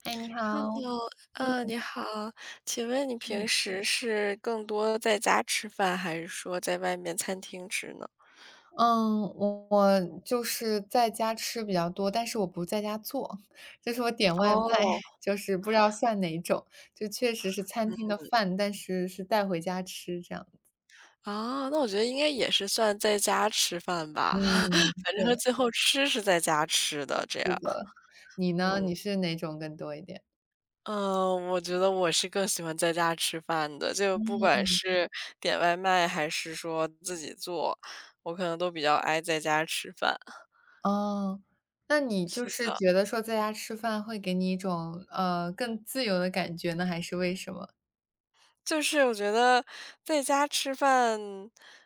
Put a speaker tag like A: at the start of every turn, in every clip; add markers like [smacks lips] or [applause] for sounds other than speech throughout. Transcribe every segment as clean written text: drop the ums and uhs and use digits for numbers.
A: 嗨，你好。
B: Hello，
A: 嗯
B: 你好，请问你平
A: 嗯。
B: 时是更多在家吃饭，还是说在外面餐厅吃呢？
A: 嗯，我就是在家吃比较多，但是我不在家做，就是我点外卖，
B: 哦，
A: [laughs] 就是不知道算哪种，就确实是餐厅的饭，但是是带回家吃这样。
B: 啊，那我觉得应该也是算在家吃饭吧，
A: 嗯，
B: [laughs] 反
A: 对，
B: 正最后吃是在家吃的，这
A: 是
B: 样。
A: 的。你呢？
B: 嗯，
A: 你是哪种更多一点？
B: 嗯，我觉得我是更喜欢在家吃饭的，就不管是点外卖还是说自己做，我可能都比较爱在家吃饭。
A: 哦，那你就是觉得说在家吃饭会给你一种，更自由的感觉呢，还是为什么？
B: 就是我觉得在家吃饭，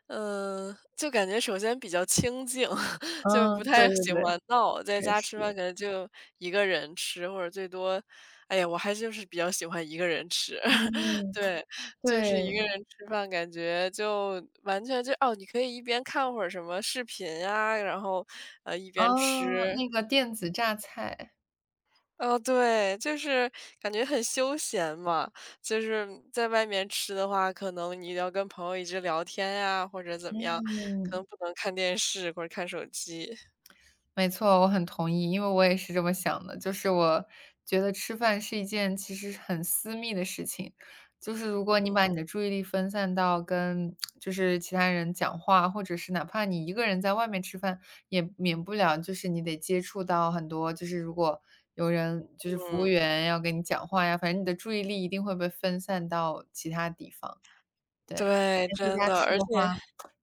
B: 就感觉首先比较清静，[laughs] 就
A: 嗯，
B: 不
A: 对
B: 太
A: 对
B: 喜
A: 对，
B: 欢闹。在
A: 确
B: 家吃饭
A: 实。
B: 可能就一个人吃，或者最多，哎呀，我还就是比较喜欢一个人吃。[laughs]
A: 嗯，
B: 对，就是一个
A: 对。
B: 人吃饭，感觉就完全就哦，你可以一边看会儿什么视频呀，然后一边吃，
A: 哦，那个电子榨菜。
B: 哦，对，就是感觉很休闲嘛，就是在外面吃的话，可能你要跟朋友一直聊天呀，或者怎么样，可能
A: 嗯，
B: 不能看电视或者看手机。
A: 没错，我很同意，因为我也是这么想的。就是我觉得吃饭是一件其实很私密的事情，就是如果你把你的注意力分散到跟就是其他人讲话，或者是哪怕你一个人在外面吃饭，也免不了就是你得接触到很多，就是如果有人就是服务
B: 嗯，
A: 员要跟你讲话呀，反正你的注意力一定会被分散到其他地方，对。
B: 对，
A: 在
B: 真
A: 家
B: 的，
A: 吃
B: 而
A: 的
B: 且
A: 话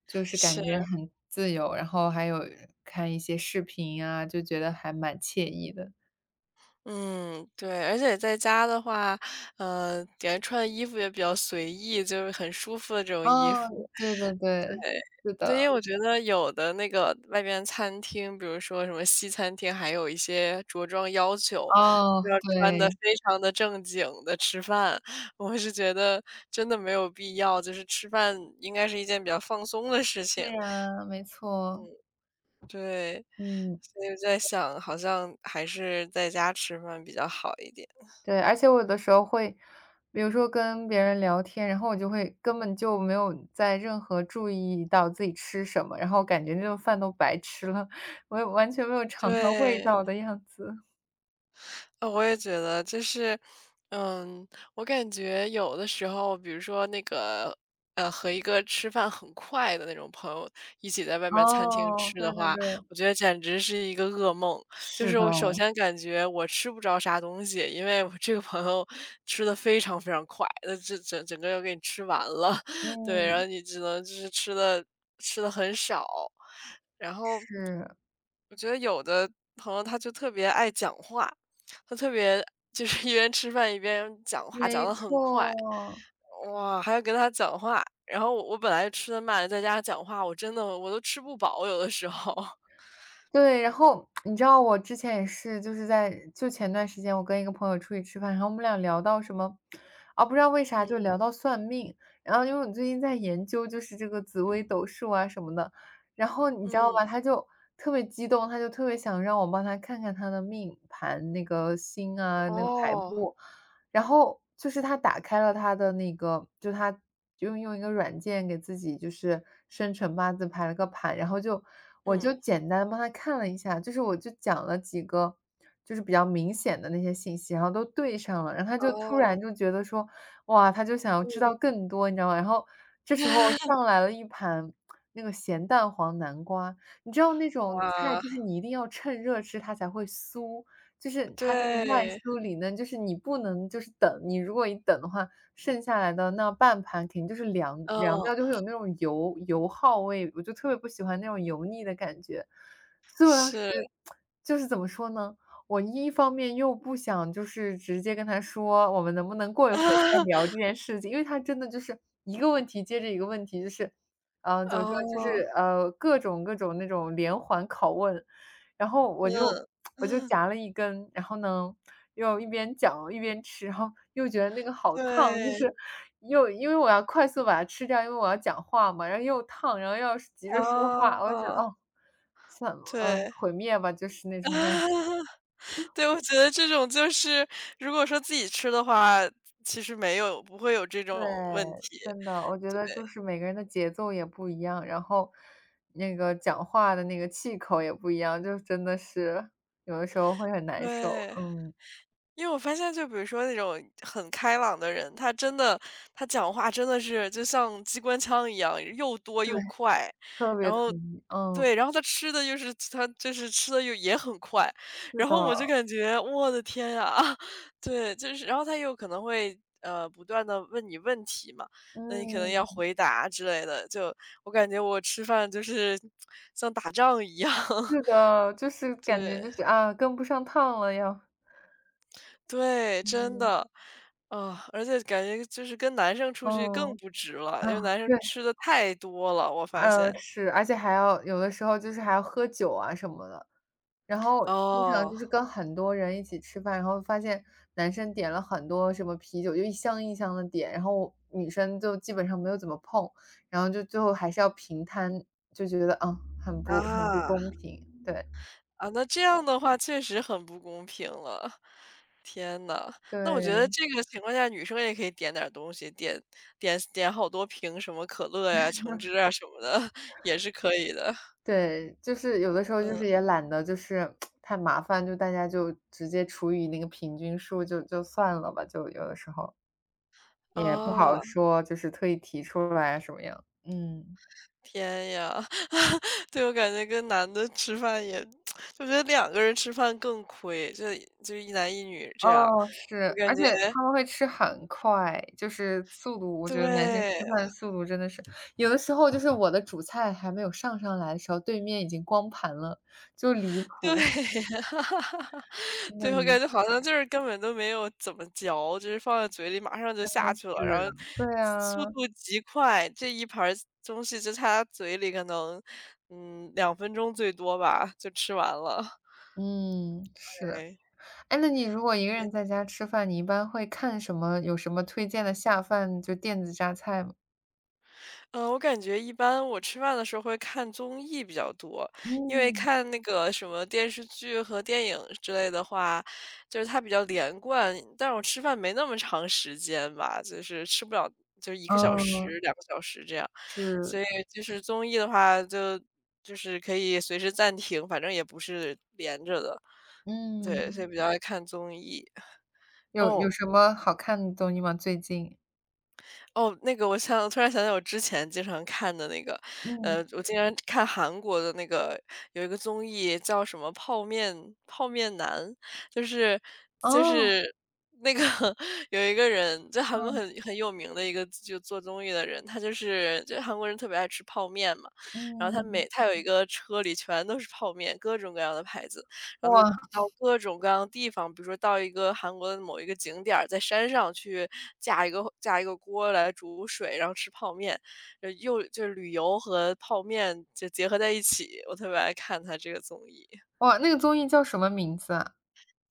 A: 就是
B: 是，
A: 感觉很自由，然后还有看一些视频啊，就觉得还蛮惬意的。
B: 嗯，对，而且在家的话，感觉穿的衣服也比较随意，就是很舒服的这种衣服。
A: 哦，对对对，是
B: 对，因
A: 的，
B: 为我觉得有的那个外边餐厅，比如说什么西餐厅，还有一些着装要求，就
A: 哦，
B: 是要穿的
A: 对，
B: 非常的正经的吃饭。我是觉得真的没有必要，就是吃饭应该是一件比较放松的事
A: 是
B: 情。
A: 啊，没错，
B: 对，
A: 嗯，
B: 所以我在想，好像还是在家吃饭比较好一点。
A: 对，而且我有的时候会，比如说跟别人聊天，然后我就会根本就没有在任何注意到自己吃什么，然后感觉那顿饭都白吃了，[laughs] 我也完全没有尝到味
B: 对。
A: 道的样子。
B: 我也觉得就是，嗯，我感觉有的时候，比如说那个，和一个吃饭很快的那种朋友一起在外面餐厅
A: 哦，
B: 吃
A: 对
B: 的
A: 对
B: 话，
A: 对，
B: 我觉得简直是一个噩梦。就
A: 是
B: 是
A: 的，
B: 我首先感觉我吃不着啥东西，因为我这个朋友吃的非常非常快，那这整整个要给你吃完了，[laughs] 对，然后
A: 嗯，
B: 你只能就是吃的很少，然后
A: 是。
B: 我觉得有的朋友他就特别爱讲话，他特别就是一边吃饭一边讲话，讲
A: 没
B: 得很快，
A: 错，
B: 哇，还要跟他讲话。然后我本来吃的慢，再加上讲话，我真的我都吃不饱，有的时候。[laughs]
A: 对。然后你知道我之前也是，就是在就前段时间我跟一个朋友出去吃饭，然后我们俩聊到什么，啊，不知道为啥就聊到算命。然后因为我最近在研究就是这个紫微斗数啊什么的，然后你知道吧，
B: 嗯，
A: 他就特别激动，他就特别想让我帮他看看他的命盘那个星啊，那个排
B: 哦，
A: 布。然后就是他打开了他的那个，就他就用一个软件给自己就是生辰八字排了个盘，然后就我就
B: 嗯，
A: 简单帮他看了一下，就是我就讲了几个就是比较明显的那些信息，然后都对上了，然后他就突
B: 哦，
A: 然就觉得说，哇，他就想要
B: 嗯，
A: 知道更多，你知道吗？然后这时候
B: [laughs]
A: 上来了一盘那个咸蛋黄南瓜，你知道那种菜
B: 哇，
A: 就是你一定要趁热吃它才会酥，就是它那个外
B: 对，
A: 酥里嫩，就是你不能就是等，你如果一等的话，剩下来的那半盘肯定就是凉凉
B: 嗯，
A: 掉，就会有那种油油耗味，我就特别不喜欢那种油腻的感觉。所以我当
B: 是，
A: 时就是怎么说呢，我一方面又不想就是直接跟他说，我们能不能过一会儿再聊这
B: [laughs]
A: 件事情，因为他真的就是一个问题接着一个问题，就是，怎么说，就是
B: 哦，
A: 各种各种那种连环拷问，然后
B: 嗯，
A: 我就
B: [laughs]
A: 我就
B: 嗯
A: 夹了一根，然后呢，又一边嚼一边吃，然后又觉得那个好烫，就
B: 对，
A: 是又因为我要快速把它吃掉，因为我要讲话嘛，然后又烫，然后又要是急着说话，我就觉得，
B: 哦，
A: 哦，算了，嗯，
B: 对。
A: 毁灭吧，就是那种感觉。
B: [laughs] 对，我觉得这种就是如果说自己吃的话，其实没有不会有这
A: 对，
B: 种问题，
A: 真的，我觉得就是每个人的节奏也不一样，然后那个讲话的那个气口也不一样，就真的是有的时候会很难受。
B: 对。
A: 嗯，
B: 因为我发现就比如说那种很开朗的人，他真的他讲话真的是就像机关枪一样，又多
A: 对，
B: 又快，
A: 特别
B: 然后
A: 同意，嗯，
B: 对，然后他吃的就是他就是吃的又也很快，
A: 是
B: 然后我就
A: 的。
B: 感觉我的天呀，[laughs] 对，就是然后他又可能会不断的问你问题嘛，那你可能要
A: 嗯，
B: 回答之类的，就我感觉我吃饭就是像打仗一样，
A: 是的，就
B: [laughs]
A: 是感觉
B: 对。
A: 就是啊，跟不上趟了要。
B: 对，真
A: 嗯，
B: 的。啊，而且感觉就是跟男生出去更
A: 嗯，
B: 不值了，
A: 啊，
B: 因为男生
A: 对，
B: 吃的太多了，我发现。
A: 是，而且还要有的时候就是还要喝酒啊什么的，然后经常
B: 哦，
A: 就是跟很多人一起吃饭，然后发现男生点了很多什么啤酒，就一箱一箱的点，然后女生就基本上没有怎么碰，然后就最后还是要平摊，就觉得啊，很不
B: 啊，
A: 公平，对，
B: 啊，那这样的话确实很不公平了。天呐，那我觉得
A: 对。
B: 这个情况下女生也可以点点儿东西，点好多瓶什么可乐呀、橙汁啊什么的，[laughs] 也是可以的。
A: 对，就是有的时候就
B: 嗯，
A: 是也懒得就是太麻烦，就大家就直接除以那个平均数就算了吧，就有的时候也不好
B: 啊。
A: 说，就是特意提出来什么样。嗯，
B: 天呀，[laughs] 对，我感觉跟男的吃饭也 [tsk] 就觉得两个人吃饭更亏，就一男一女这样，
A: 哦，
B: 我
A: 是，
B: 感
A: 而
B: 觉
A: 且他们会吃很快，就是速度，我觉得男生
B: 对，
A: 吃饭速度真的是有的时候就是我的主菜还没有上来的时候，对面已经光盘了，就离
B: 对，
A: 谱，
B: [laughs]
A: 真的
B: 对，我感
A: 离
B: 觉好像就是根本都没有怎么嚼，就是放在嘴里马上就下去了，
A: 智。
B: 然后
A: 对
B: 速
A: 啊，
B: 度极快，这一盘儿东西就在他嘴里可能，两分钟最多吧，就吃完了，
A: 嗯，
B: [laughs]
A: 是。
B: 对。
A: 哎，那你如果一个人在家吃饭，你一般会看什么？有什么推荐的下饭，就电子榨菜吗？
B: 我感觉一般我吃饭的时候会看综艺比较多，因为
A: 嗯，
B: 看那个什么电视剧和电影之类的话，就是它比较连贯，但是我吃饭没那么长时间吧，就是吃不了，就是一个小
A: 哦，
B: 时、两个小时这样。所
A: 是，
B: 以就是综艺的话就是可以随时暂停，反正也不是连着的，对，
A: 嗯，
B: 所以比较爱看综艺。
A: 有
B: 哦。
A: 什么好看的综艺吗？最近？
B: 哦，那个我想突然想起我之前经常看的那个，
A: 嗯，
B: 我经常看韩国的那个有一个综艺叫什么《泡面泡面男》，就是就
A: 哦，
B: 是那个 [laughs] 有一个人在韩国
A: 嗯
B: 很有名的一个就做综艺的人，他就韩国人特别爱吃泡面嘛，然后他
A: 嗯，
B: 每他有一个车里全都是泡面，各种各样的牌子，然后就
A: 哇
B: 到各种各样的地方，比如说到一个韩国的某一个景点儿在山上去架一个锅来煮水，然后吃泡面，又就是旅游和泡面就结合在一起，我特别爱看他这个综艺。
A: 哇，那个综艺叫什么名字啊？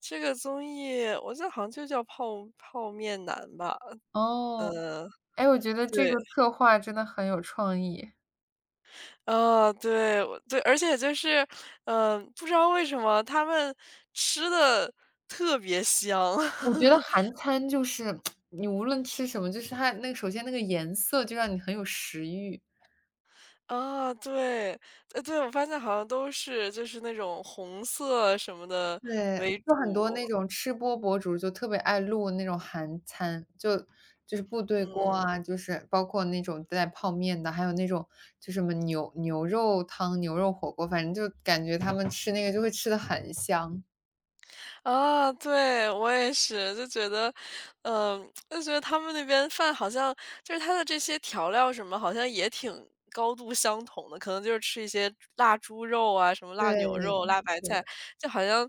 B: 这个综艺我记得好像就叫泡面男吧，
A: 哦，
B: 嗯，
A: 哎，我觉得这
B: 对，
A: 个策划真的很有创意。
B: 啊，对，我对，而且就是，嗯、不知道为什么他们吃的特别香。
A: 我觉得
B: [laughs]
A: 韩餐就是 [smacks lips] 你无论吃什么，就是它那个首先那个颜色就让你很有食欲。
B: 啊，对，对，我发现好像都是就是那种红色什么的
A: 对，
B: 为
A: 就很多
B: 主，
A: 那种吃播博主就特别爱录那种韩餐，就是部队锅
B: 嗯，
A: 啊，就是包括那种带泡面的，还有那种就什么牛肉汤、牛肉火锅，反正就感觉他们吃那个就会吃的很香。
B: 啊，对，我也是，就觉得，就觉得他们那边饭好像就是它的这些调料什么，好像也挺高度相同的，可能就是吃一些辣猪肉啊，什么
A: 对，
B: 辣牛肉、辣白
A: 是
B: 菜，
A: 的，
B: 就好像，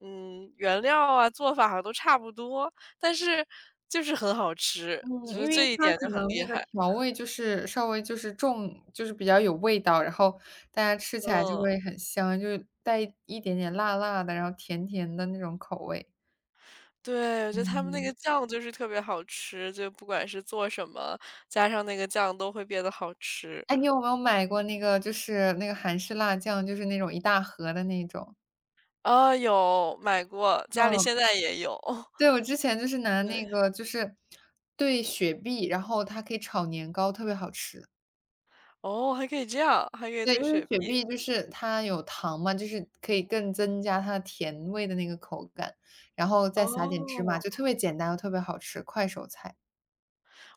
B: 原料啊做法好像都差不多，但是就是很好吃，
A: 嗯，
B: 我觉得
A: 因为
B: 这一
A: 它
B: 点
A: 可
B: 就很
A: 能
B: 厉
A: 那个
B: 害，
A: 调味就是稍微就是重，就是比较有味道，然后大家吃起来就会
B: 嗯。
A: 很香，就是带一点点辣辣的，然后甜甜的那种口味。
B: 对，我觉得他们那
A: 嗯。
B: 个酱就是特别好吃，就不管是做什么，加上那个酱都会变得好吃。
A: 哎，你有没有买过那个就是那个韩式辣酱，就是那种一大盒的那种？
B: 啊，有，买过，家里
A: 嗯，
B: 现在也有。
A: 对，我之前就是
B: [laughs]
A: 拿那
B: 对，
A: 个就是对，雪碧，然后它可以炒年糕，特别好吃。
B: 哦，还可以这样，还可以
A: 对，
B: 兑
A: 因为
B: 雪
A: 雪
B: 碧。
A: 碧就是它有糖嘛，就是可以更增加它的甜味的那个口感，然后再撒点芝
B: 哦，
A: 麻，就特别简单又特别好吃，快手菜。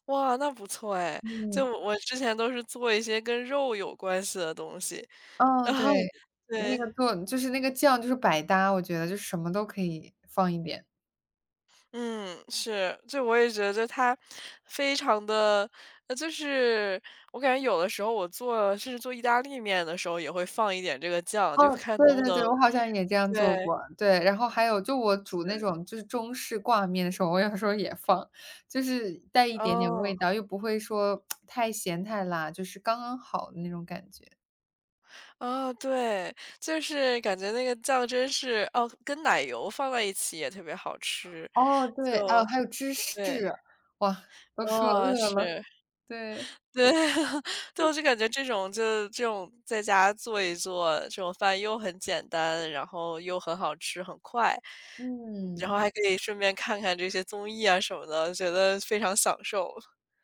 B: 哇，那不错哎，就
A: 嗯，
B: 我之前都是做一些跟肉有关系的东西。
A: 嗯，对，
B: [laughs] 啊
A: 那
B: 对。
A: 个做就是那个酱就是百搭，我觉得就是什么都可以放一点。
B: 嗯，是，就我也觉得它非常的，就是我感觉有的时候我做甚至做意大利面的时候也会放一点这个酱，
A: 哦，
B: 就看
A: 对
B: 能不
A: 对
B: 能
A: 对，我好像也这样做
B: 对，
A: 过，对。然后还有就我煮那种就是中式挂面的时候，我有时候也放，就是带一点点
B: 哦，
A: 味道，又不会说太咸太辣，就是刚刚好的那种感觉。
B: 哦，对，就是感觉那个酱真是哦，跟奶油放在一起也特别好吃，
A: 哦，对，哦，
B: 就
A: 还有芝士，
B: 对，
A: 哇，都说
B: 哦，
A: 饿了，
B: 是。
A: 对，
B: 对，[laughs] 对，我就感觉这种在家做一做，这种饭又很简单，然后又很好吃，很快，嗯，然后
A: 嗯。
B: 还可以顺便看看这些综艺啊什么的，觉得非常享受。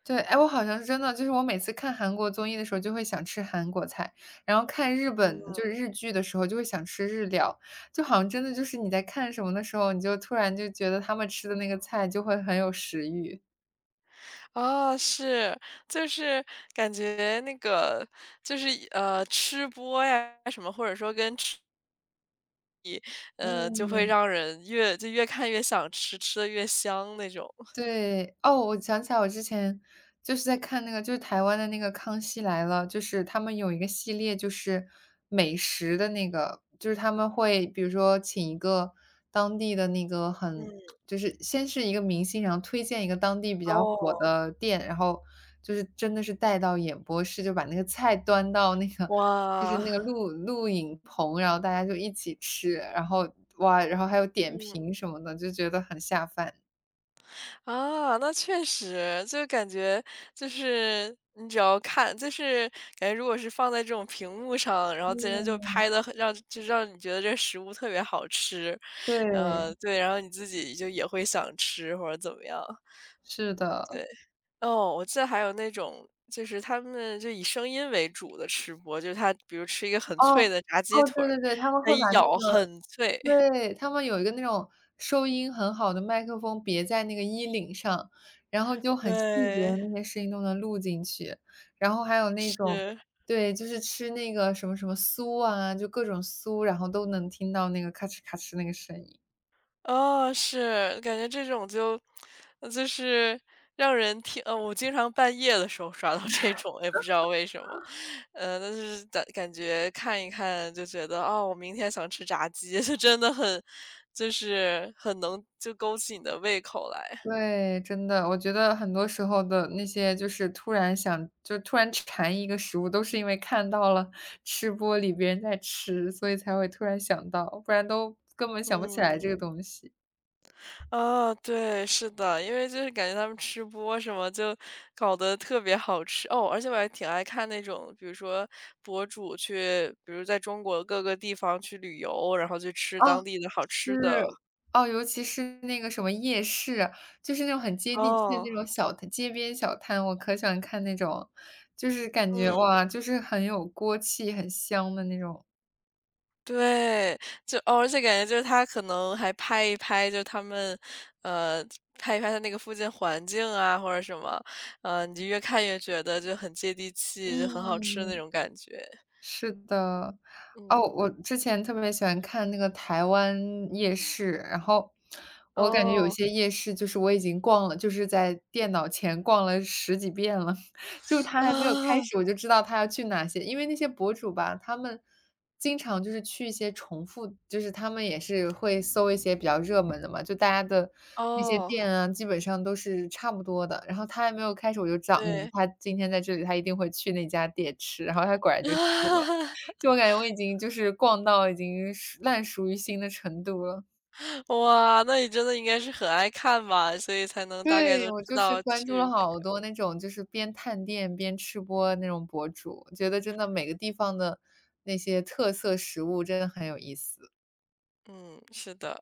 A: 对，哎，我好像是真的，就是我每次看韩国综艺的时候就会想吃韩国菜，然后看日本
B: 嗯。
A: 就是日剧的时候就会想吃日料，就好像真的就是你在看什么的时候，你就突然就觉得他们吃的那个菜就会很有食欲。
B: 啊，是，就是感觉那个就是吃播呀什么，或者说跟吃就会
A: 嗯。
B: 让人越就越看越想吃，吃的越香那种。
A: 对，哦，我想起来我之前就是在看那个就是台湾的那个《康熙来了》，就是他们有一个系列就是美食的那个，就是他们会比如说请一个当地的那个
B: 嗯，
A: 很就是先是一个明星，然后推荐一个当地比较火
B: 哦。
A: 的店，然后就是真的是带到演播室，就把那个菜端到那个就是
B: 哇，
A: 那个录影棚，然后大家就一起吃，然后哇，然后还有点
B: 嗯。
A: 评什么的，就觉得很下饭。
B: 啊，那确实，就感觉就是你只要看，就是感觉如果是放在这种屏幕上，然后自然就
A: 嗯。
B: 拍的，让你觉得这食物特别好吃，
A: 对，
B: 对，然后你自己就也会想吃或者怎么样。
A: 是的。
B: 对，哦，我记得还有那种就是他们就以声音为主的吃播，就是他比如吃一个很
A: 哦，
B: 脆的炸鸡
A: 哦，
B: 腿
A: 对
B: 儿，
A: 对对，他们
B: 他
A: 会把
B: 一
A: 那
B: 咬
A: 个
B: 很脆，[laughs]
A: 对，他们有一个那种收音很好的麦克风别在那个衣领上，然后就很细节
B: 对，
A: 的那些声音都能录进去。然后还有那种
B: 是。
A: 对，就是吃那个什么什么酥啊，就各种酥，然后都能听到那个咔哧咔哧那个声音。
B: 哦，是，感觉这种就是让人听我经常半夜的时候刷到 [laughs] 这种，也不知道为什么。但是感觉看一看就觉得，哦，我明天想吃炸鸡，[laughs] 就真的很就是很能就勾起你的胃口来，
A: 对，真的，我觉得很多时候的那些就是突然想就突然馋一个食物，都是因为看到了吃播里别人在吃，所以才会突然想到，不然都根本想不起来
B: 嗯。
A: 这个东西。
B: 啊，对，是的，因为就是感觉他们吃播什么就搞得特别好吃哦，而且我还挺爱看那种，比如说博主去，比如在中国各个地方去旅游，然后去吃
A: 哦，
B: 当地的好吃的。
A: 是，哦，尤其是那个什么夜市啊，就是那种很接地气的
B: 哦，
A: 那种小摊街边小摊，我可喜欢看那种，就是感觉
B: 嗯，
A: 哇，就是很有锅气、很香的那种。
B: 对，就哦，而且感觉就是他可能还拍一拍，就他们，呃，拍一拍他那个附近环境啊，或者什么，你就越看越觉得就很接地气，就很好吃的
A: 嗯。
B: 那种感觉。
A: 是的，哦，
B: 嗯，
A: 我之前特别喜欢看那个台湾夜市，然后我感觉有
B: 哦，
A: 些夜市就是我已经逛了，就是在电脑前逛了十几遍了，[laughs] 就他还没有开
B: [laughs]
A: 始，我就知道他要去哪些。因为那些博主吧，他们经常就是去一些重复，就是他们也是会搜一些比较热门的嘛，就大家的那些
B: 哦，
A: 店啊，基本上都是差不多的。然后他还没有开始，我就知道，嗯，
B: 对。
A: 他今天在这里，他一定会去那家店吃，然后他果然就去了。
B: [laughs]
A: 就我感觉我已经就是逛到已经熟烂熟于心的程度了。
B: 哇，那你真的应该是很爱看吧，所以才能大概
A: 对，
B: 都
A: 我
B: 知
A: 就是
B: 道
A: 关注
B: 去
A: 了
B: 哪
A: 好多那种就是边探店边吃播那种博主，觉得真的每个地方的那些特色食物真的很有意思。
B: 嗯，是的。